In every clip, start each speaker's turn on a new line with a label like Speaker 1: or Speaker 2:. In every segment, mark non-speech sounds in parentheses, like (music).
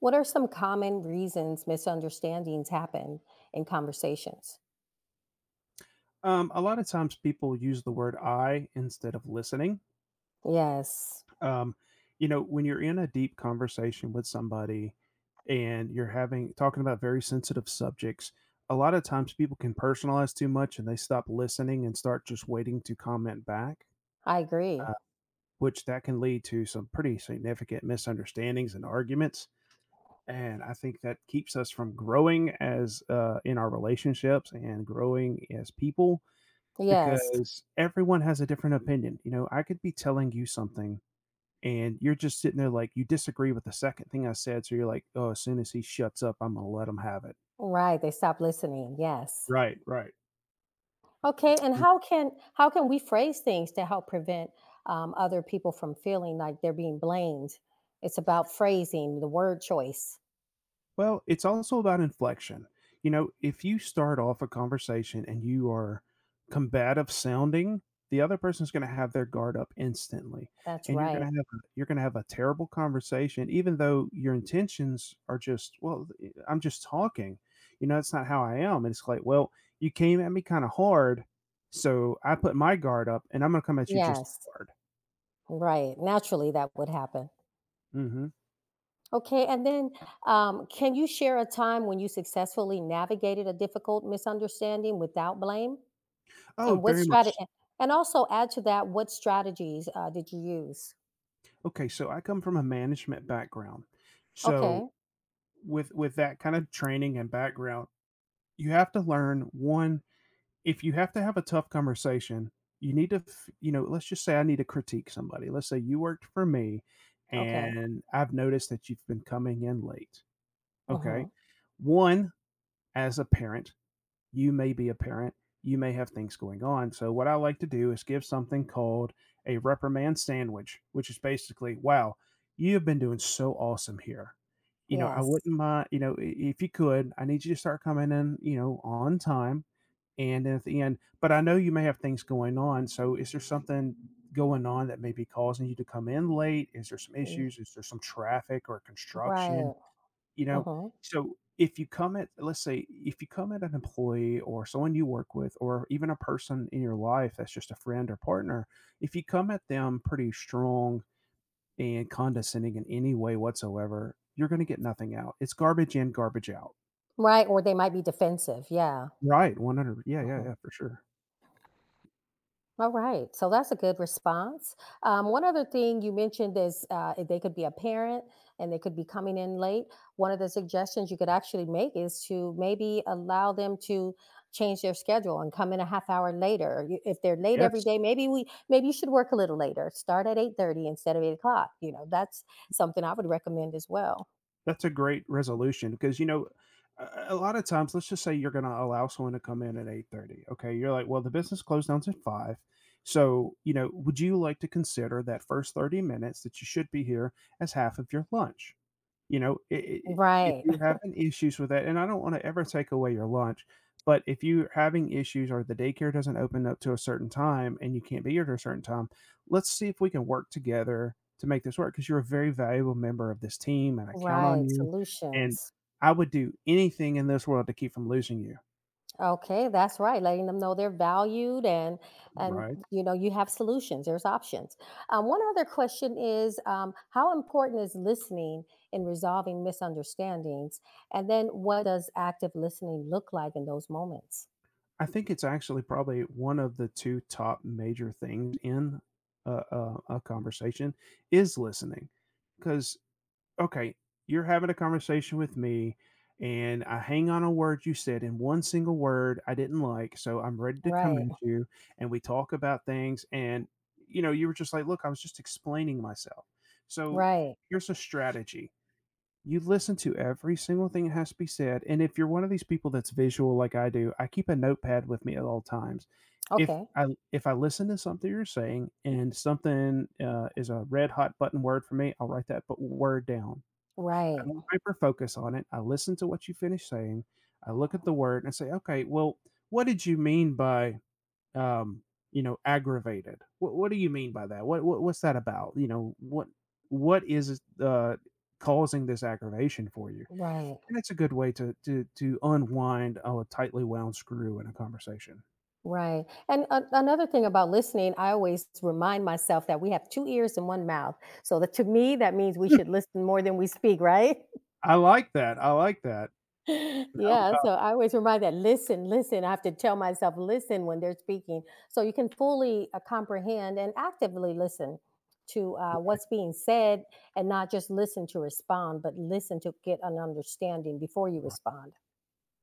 Speaker 1: What are some common reasons misunderstandings happen in conversations?
Speaker 2: A lot of times people use the word I instead of listening.
Speaker 1: Yes,
Speaker 2: Um, when you're in a deep conversation with somebody and you're having talking about very sensitive subjects, a lot of times people can personalize too much and they stop listening and start just waiting to comment back,
Speaker 1: I agree.
Speaker 2: uh, which that can lead to some pretty significant misunderstandings and arguments. And I think that keeps us from growing as in our relationships and growing as people.
Speaker 1: Yes.
Speaker 2: Because everyone has a different opinion, you know, I could be telling you something and you're just sitting there like you disagree with the second thing I said, so you're like, "Oh, as soon as he shuts up, I'm gonna let him have it."
Speaker 1: Right, they stop listening. Yes.
Speaker 2: Right, right.
Speaker 1: Okay, and how can we phrase things to help prevent other people from feeling like they're being blamed? It's about phrasing, the word choice.
Speaker 2: Well, it's also about inflection. You know, if you start off a conversation and you are combative sounding, the other person's going to have their guard up instantly,
Speaker 1: That's
Speaker 2: and you're going
Speaker 1: right.
Speaker 2: to have you're going to have a terrible conversation, even though your intentions are just, well, I'm just talking. You know, that's not how I am. And it's like, well, you came at me kind of hard, so I put my guard up, and I'm going to come at you just
Speaker 1: Yes.
Speaker 2: hard.
Speaker 1: Right. Naturally, that would happen.
Speaker 2: Hmm.
Speaker 1: Okay, and then can you share a time when you successfully navigated a difficult misunderstanding without blame?
Speaker 2: Oh,
Speaker 1: And what
Speaker 2: very
Speaker 1: strategy,
Speaker 2: much.
Speaker 1: and also add to that, what strategies, did you use?
Speaker 2: Okay, so I come from a management background, so
Speaker 1: Okay,
Speaker 2: with that kind of training and background, you have to learn one, if you have to have a tough conversation, you need to let's just say I need to critique somebody. Let's say you worked for me
Speaker 1: okay.
Speaker 2: and I've noticed that you've been coming in late. Okay?
Speaker 1: Mhm.
Speaker 2: One, as a parent, you may be a parent, you may have things going on. So, what I like to do is give something called a reprimand sandwich, which is basically, wow, you have been doing so awesome here. You know, I
Speaker 1: Yes.
Speaker 2: wouldn't mind, you know, if you could, I need you to start coming in, you know, on time. And then at the end, but I know you may have things going on. So, is there something going on that may be causing you to come in late? Is there some
Speaker 1: Mm,
Speaker 2: issues? Is there some traffic or construction?
Speaker 1: right.
Speaker 2: You know,
Speaker 1: Mhm.
Speaker 2: so if you come at, let's say if you come at an employee or someone you work with or even a person in your life that's just a friend or partner, if you come at them pretty strong and condescending in any way whatsoever, you're going to get nothing out. It's garbage in, garbage out.
Speaker 1: Right, or they might be defensive, yeah.
Speaker 2: Right, 100. Yeah, yeah,
Speaker 1: Mhm.
Speaker 2: yeah, for sure.
Speaker 1: All right, so that's a good response. One other thing you mentioned is if they could be a parent and they could be coming in late. One of the suggestions you could actually make is to maybe allow them to change their schedule and come in a half hour later. You- If they're late every
Speaker 2: Yes.
Speaker 1: day, maybe you should work a little later. Start at 8:30 instead of 8 o'clock. You know, that's something I would recommend as well.
Speaker 2: That's a great resolution because, you know, a lot of times, let's just say you're going to allow someone to come in at 8:30. Okay, you're like, "Well, the business closed down at 5." So, you know, would you like to consider that first 30 minutes that you should be here as half of your lunch? You know, I if
Speaker 1: Right,
Speaker 2: you're having issues with that and I don't wanna ever take away your lunch, but if you're having issues or the daycare doesn't open up to a certain time and you can't be here to a certain time, let's see if we can work together to make this work. Because 'cause you're a very valuable member of this team, and
Speaker 1: (laughs)
Speaker 2: I count on
Speaker 1: right.
Speaker 2: you, and
Speaker 1: Solutions.
Speaker 2: I would do anything in this world to keep from losing you,
Speaker 1: Okay, that's right. Letting them know they're valued, and
Speaker 2: right?
Speaker 1: you know you have solutions. There's options. One other question is, how important is listening in resolving misunderstandings, and then what does active listening look like in those moments?
Speaker 2: I think it's actually probably one of the 2 top major things in a conversation is listening, because, okay, you're having a conversation with me, and I hang on a word you said, in one single word I didn't like. So I'm ready to come
Speaker 1: Right.
Speaker 2: at you, and we talk about things. And, you know, you were just like, look, I was just explaining myself. So
Speaker 1: Right.
Speaker 2: here's a strategy. You listen to every single thing that has to be said. And if you're one of these people that's visual like I do, I keep a notepad with me at all times. If
Speaker 1: Okay.
Speaker 2: I if I listen to something you're saying and something is a red hot button word for me, I'll write that but word down. I
Speaker 1: Right.
Speaker 2: don't hyper focus on it. I listen to what you finish saying. I look at the word and I say, okay, well, what did you mean by, um, you know, aggravated? What do you mean by that? What's that about? You know, what is causing this aggravation for you?
Speaker 1: Right.
Speaker 2: And it's a good way to unwind a tightly wound screw in a conversation.
Speaker 1: Right. And another thing about listening, I always remind myself that we have two ears and one mouth. So that, to me, that means we
Speaker 2: Hmm,
Speaker 1: should listen more than we speak. Right.
Speaker 2: I like that. I like that.
Speaker 1: (laughs)
Speaker 2: Oh,
Speaker 1: Yeah, so
Speaker 2: all
Speaker 1: I always remind that listen, listen. I have to tell myself listen when they're speaking, so you can fully comprehend and actively listen to
Speaker 2: right.
Speaker 1: what's being said, and not just listen to respond, but listen to get an understanding before you
Speaker 2: Right.
Speaker 1: respond.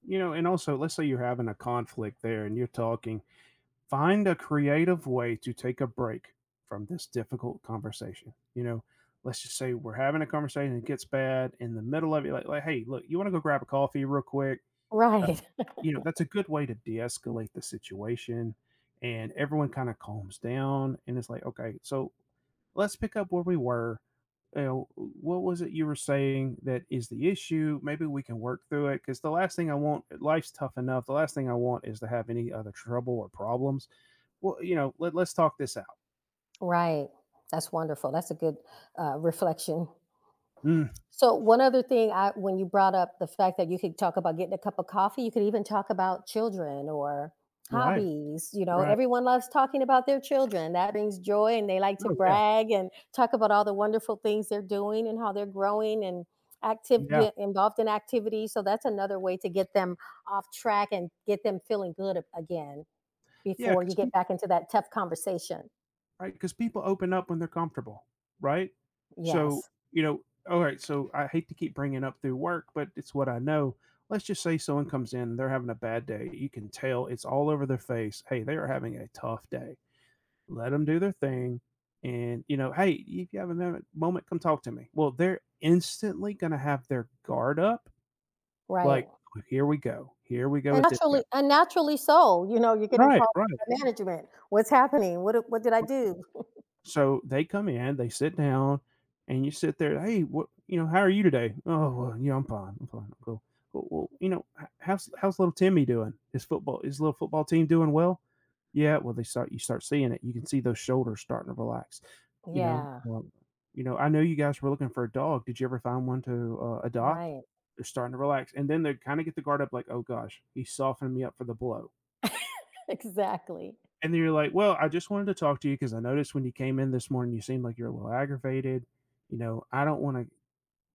Speaker 2: You know, and also, let's say you're having a conflict there, and you're talking, find a creative way to take a break from this difficult conversation. You know, let's just say we're having a conversation, and it gets bad in the middle of it. Like hey, look, you want to go grab a coffee real quick? Uh,
Speaker 1: Right.
Speaker 2: you know, that's a good way to de escalate the situation. And everyone kind of calms down and it's like, okay, so let's pick up where we were. You know, what was it you were saying that is the issue? Maybe we can work through it. Because the last thing I want, life's tough enough. The last thing I want is to have any other trouble or problems. Well, you know, let's talk this out.
Speaker 1: Right. That's wonderful. That's a good reflection.
Speaker 2: Mm,
Speaker 1: So, one other thing, I when you brought up the fact that you could talk about getting a cup of coffee, you could even talk about children or
Speaker 2: right,
Speaker 1: hobbies. You know,
Speaker 2: right.
Speaker 1: everyone loves talking about their children. That brings joy, and they like to
Speaker 2: Oh, yeah,
Speaker 1: brag and talk about all the wonderful things they're doing and how they're growing and active
Speaker 2: yeah.
Speaker 1: get involved in activities. So that's another way to get them off track and get them feeling good again
Speaker 2: Yeah.
Speaker 1: before you
Speaker 2: Because
Speaker 1: get
Speaker 2: people,
Speaker 1: back into that tough conversation.
Speaker 2: right? Because people open up when they're comfortable, right? So,
Speaker 1: Yes.
Speaker 2: you know alright, so I hate to keep bringing up through work, but it's what I know. Let's just say someone comes in, they're having a bad day, you can tell it's all over their face, "Hey, they are having a tough day." Let them do their thing, and, you know, "Hey, if you have a moment, come talk to me." Well, they're instantly gonna have their guard up,
Speaker 1: Right.
Speaker 2: like, "Here we go. Here we go
Speaker 1: And
Speaker 2: with this guy."
Speaker 1: naturally so, you know, you're getting
Speaker 2: Right,
Speaker 1: called
Speaker 2: right,
Speaker 1: by management. "What's happening? What d what did I
Speaker 2: right.
Speaker 1: do?"
Speaker 2: So they come in, they sit down, and you sit there, "Hey, what, you know, how are you today?" "Oh, well, you know, I'm fine, I'm fine, I'm cool." "Well well, you know, h how's little Timmy doing? His little football team doing well?" "Yeah." Well, they start you start seeing it. You can see those shoulders starting to relax, you know,
Speaker 1: Yeah,
Speaker 2: um, you know, "I know you guys were looking for a dog. Did you ever find one to, adopt?"
Speaker 1: right.
Speaker 2: They're starting to relax, and then they kinda get the guard up like, "Oh gosh, he's softening me up for the blow."
Speaker 1: (laughs) Exactly.
Speaker 2: And then you're like, "Well, I just wanted to talk to you because I noticed when you came in this morning, you seemed like you're a little aggravated. You know, I don't wanna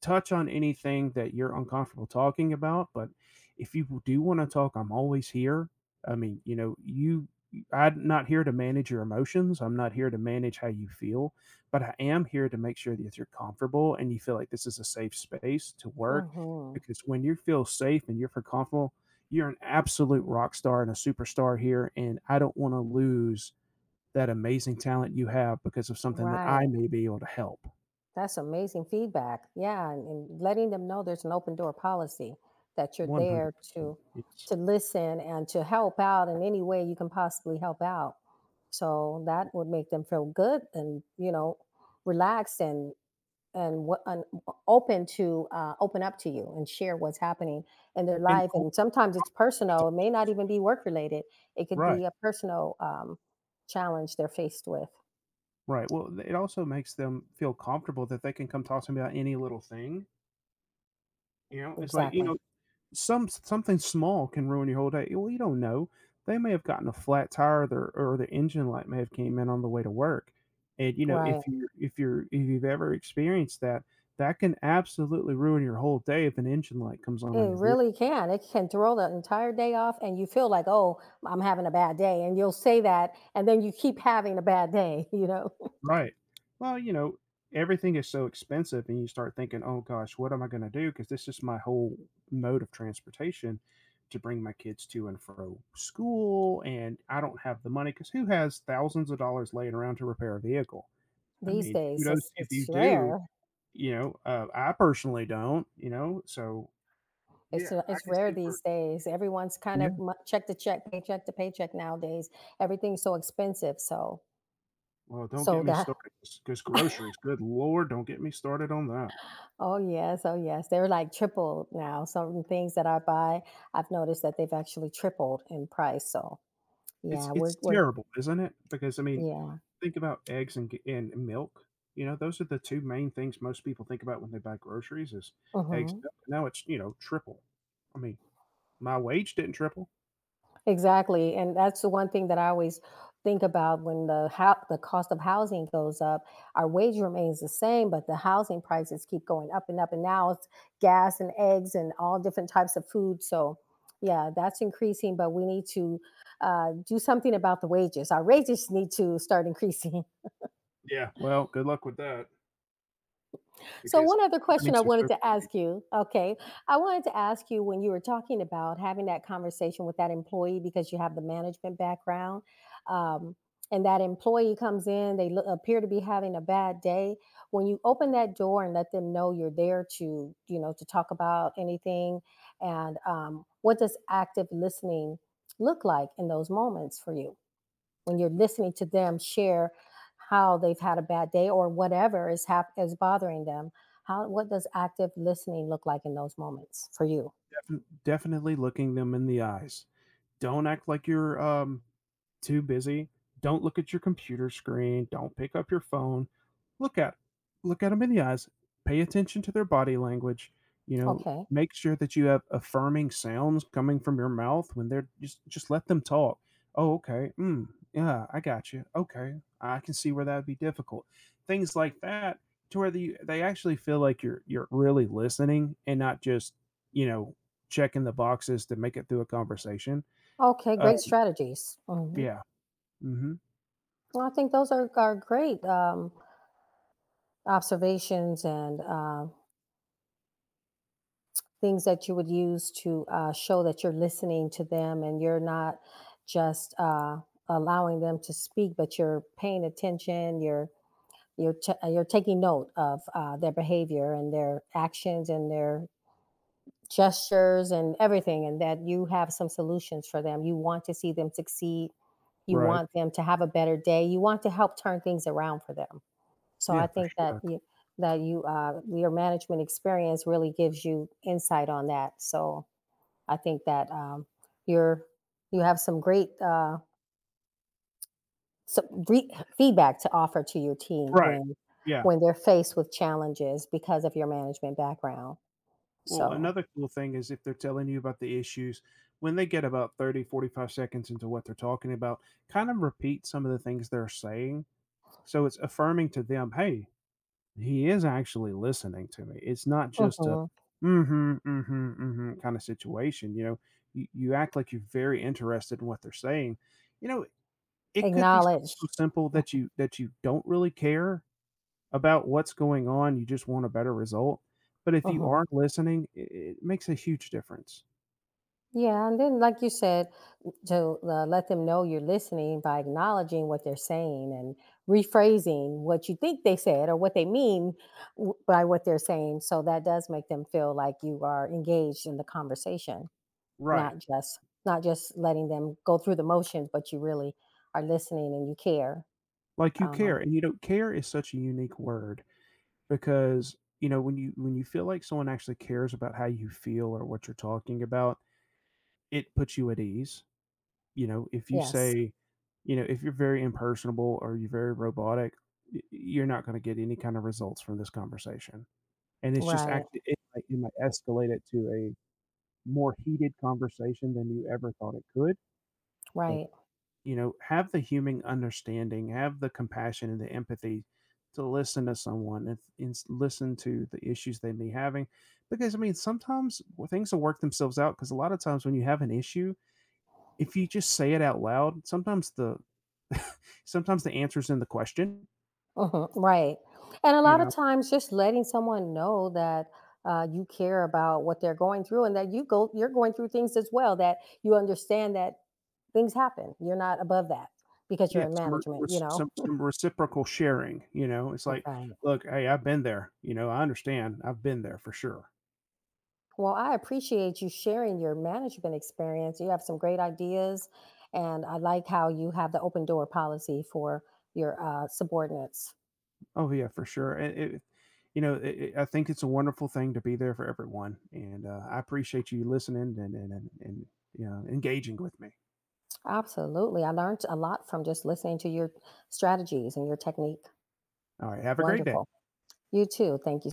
Speaker 2: touch on anything that you're uncomfortable talking about, but if you do want to talk, I'm always here. I mean, you know, you I'm not here to manage your emotions. I'm not here to manage how you feel, but I am here to make sure that you're comfortable and you feel like this is a safe space to work
Speaker 1: Mhm.
Speaker 2: because when you feel safe and you're feel comfortable, you're an absolute rock star and a superstar here and I don't want to lose that amazing talent you have because of something that I
Speaker 1: Right.
Speaker 2: may be able to help.
Speaker 1: That's amazing feedback. Yeah, and letting them know there's an open door policy, that you're there
Speaker 2: 100%. Yes.
Speaker 1: to listen and to help out in any way you can possibly help out. So that would make them feel good and, you know, relaxed and what and open to open up to you and share what's happening in their
Speaker 2: And
Speaker 1: life, and sometimes it's personal, it may not even be work related. It could
Speaker 2: right,
Speaker 1: be a personal challenge they're faced with.
Speaker 2: right. Well, it also makes them feel comfortable that they can come talk to me about any little thing, you know? It's like, you
Speaker 1: Exactly,
Speaker 2: know, something small can ruin your whole day. Well, you don't know. They may have gotten a flat tire, or their engine light may have came in on the way to work. And you know,
Speaker 1: right.
Speaker 2: if you're if you've ever experienced that, that can absolutely ruin your whole day if an engine light comes
Speaker 1: It
Speaker 2: on your vehicle.
Speaker 1: really can, it can throw the entire day off and you feel like, oh, I'm having a bad day, and you'll say that and then you keep having a bad day. (laughs) You know,
Speaker 2: Right. Well, you know, everything is so expensive, and you start thinking, "Oh gosh, what am I going to do?" Because this is my whole mode of transportation to bring my kids to and fro school, and I don't have the money. Because who has thousands of dollars laying around to repair a vehicle? I
Speaker 1: these
Speaker 2: mean,
Speaker 1: days it's,
Speaker 2: kudos if
Speaker 1: it's
Speaker 2: you do.
Speaker 1: rare.
Speaker 2: You know, I personally don't. You know, so yeah, I
Speaker 1: It's
Speaker 2: can
Speaker 1: rare
Speaker 2: see where.
Speaker 1: these days. Everyone's kind of
Speaker 2: Yeah.
Speaker 1: check to check, paycheck to paycheck nowadays. Everything's so expensive. So
Speaker 2: Well, don't
Speaker 1: so
Speaker 2: get me
Speaker 1: that.
Speaker 2: started because groceries. Good lord, don't get me started on that.
Speaker 1: (laughs) Oh yes, oh yes, they're like tripled now. Some things that I buy, I've noticed that they've actually tripled in price. So
Speaker 2: It's
Speaker 1: yeah, we're
Speaker 2: it's
Speaker 1: we're
Speaker 2: terrible, isn't it? Because, I mean,
Speaker 1: yeah.
Speaker 2: think about eggs and g and milk, you know, those are the 2 main things most people think about when they buy groceries is eggs,
Speaker 1: Hmm.
Speaker 2: milk, now it's, you know, triple. I mean, my wage didn't triple.
Speaker 1: Exactly, and that's the one thing that I always think about when the how the cost of housing goes up. Our wage remains the same, but the housing prices keep going up and up. And now it's gas and eggs and all different types of food. So, yeah, that's increasing. But we need to do something about the wages. Our wages need to start increasing.
Speaker 2: Yeah, well, good luck with that
Speaker 1: So,
Speaker 2: because
Speaker 1: one other question I
Speaker 2: companies are
Speaker 1: wanted to
Speaker 2: certainly
Speaker 1: ask you. Okay. I wanted to ask you when you were talking about having that conversation with that employee because you have the management background, um, and that employee comes in, they look, appear to be having a bad day. When you open that door and let them know you're there to, you know, to talk about anything, and what does active listening look like in those moments for you? When you're listening to them share how they've had a bad day or whatever is is bothering them, how, what does active listening look like in those moments for you?
Speaker 2: definitely looking them in the eyes. Don't act like you're too busy. Don't look at your computer screen. Don't pick up your phone. Look at Look at them in the eyes. Pay attention to their body language. You know,
Speaker 1: Okay,
Speaker 2: make sure that you have affirming sounds coming from your mouth when they're just let them talk. Oh, okay. Mm, yeah, I got you. Okay, I can see where that would be difficult. Things like that to where they actually feel like you're really listening and not just, you know, checking the boxes to make it through a conversation.
Speaker 1: okay,
Speaker 2: uh,
Speaker 1: great strategies. Hmm.
Speaker 2: yeah. Mhm.
Speaker 1: Well, I think those are great, observations, and things that you would use to show that you're listening to them and you're not just allowing them to speak, but you're paying attention, you're. You're you're taking note of their behavior and their actions and their gestures and everything, and that you have some solutions for them. You want to see them succeed. You
Speaker 2: Right.
Speaker 1: want them to have a better day. You want to help turn things around for them. So I
Speaker 2: Yeah, for
Speaker 1: think that
Speaker 2: sure.
Speaker 1: you, that you your management experience really gives you insight on that. So I think that you're, you have some great So re feedback to offer to your team
Speaker 2: Right.
Speaker 1: when
Speaker 2: Yeah.
Speaker 1: when they're faced with challenges because of your management background.
Speaker 2: Well,
Speaker 1: So
Speaker 2: another cool thing is if they're telling you about the issues, when they get about 30 to 45 seconds into what they're talking about, kind of repeat some of the things they're saying. So it's affirming to them, hey, he is actually listening to me. It's not just a
Speaker 1: mhm,
Speaker 2: mm-hmm, mm-hmm, mm-hmm kind of situation. You know, you act like you're very interested in what they're saying. You know, it could be something
Speaker 1: acknowledge.
Speaker 2: so simple that you don't really care about what's going on, you just want a better result. But if you
Speaker 1: Mhm.
Speaker 2: aren't listening, I it makes a huge difference.
Speaker 1: Yeah, and then like you said, to let them know you're listening by acknowledging what they're saying and rephrasing what you think they said or what they mean by what they're saying. So that does make them feel like you are engaged in the conversation.
Speaker 2: Right.
Speaker 1: Not just, not just letting them go through the motions, but you really are listening and you care.
Speaker 2: Like you
Speaker 1: Um,
Speaker 2: care, and you don't care is such a unique word because you know when you feel like someone actually cares about how you feel or what you're talking about, it puts you at ease. You know, if you
Speaker 1: yes.
Speaker 2: say, you know, if you're very impersonable or you're very robotic, you're not going to get any kind of results from this conversation. And it's just
Speaker 1: Right,
Speaker 2: actually it might escalate it to a more heated conversation than you ever thought it could. But,
Speaker 1: right.
Speaker 2: you know, have the human understanding, have the compassion and the empathy to listen to someone and, listen to the issues they may be having. Because, I mean, sometimes things will work themselves out because a lot of times when you have an issue, if you just say it out loud, sometimes the answer's in the question,
Speaker 1: Mhm, right. And a
Speaker 2: you
Speaker 1: lot of
Speaker 2: know.
Speaker 1: times just letting someone know that, you care about what they're going through and that you're going through things as well, that you understand that things happen. You're not above that because you're
Speaker 2: Yeah,
Speaker 1: in
Speaker 2: some
Speaker 1: management, you know?
Speaker 2: some, reciprocal sharing, you know. It's like,
Speaker 1: Right.
Speaker 2: look, hey, I've been there. You know, I understand. I've been there for sure.
Speaker 1: Well, I appreciate you sharing your management experience. You have some great ideas, and I like how you have the open door policy for your subordinates.
Speaker 2: Oh, yeah, for sure. And it, you know, it I think it's a wonderful thing to be there for everyone, and, I appreciate you listening and, you know, engaging with me.
Speaker 1: Absolutely. I learned a lot from just listening to your strategies and your technique.
Speaker 2: Alright, have a great day.
Speaker 1: Wonderful. You too. Thank you.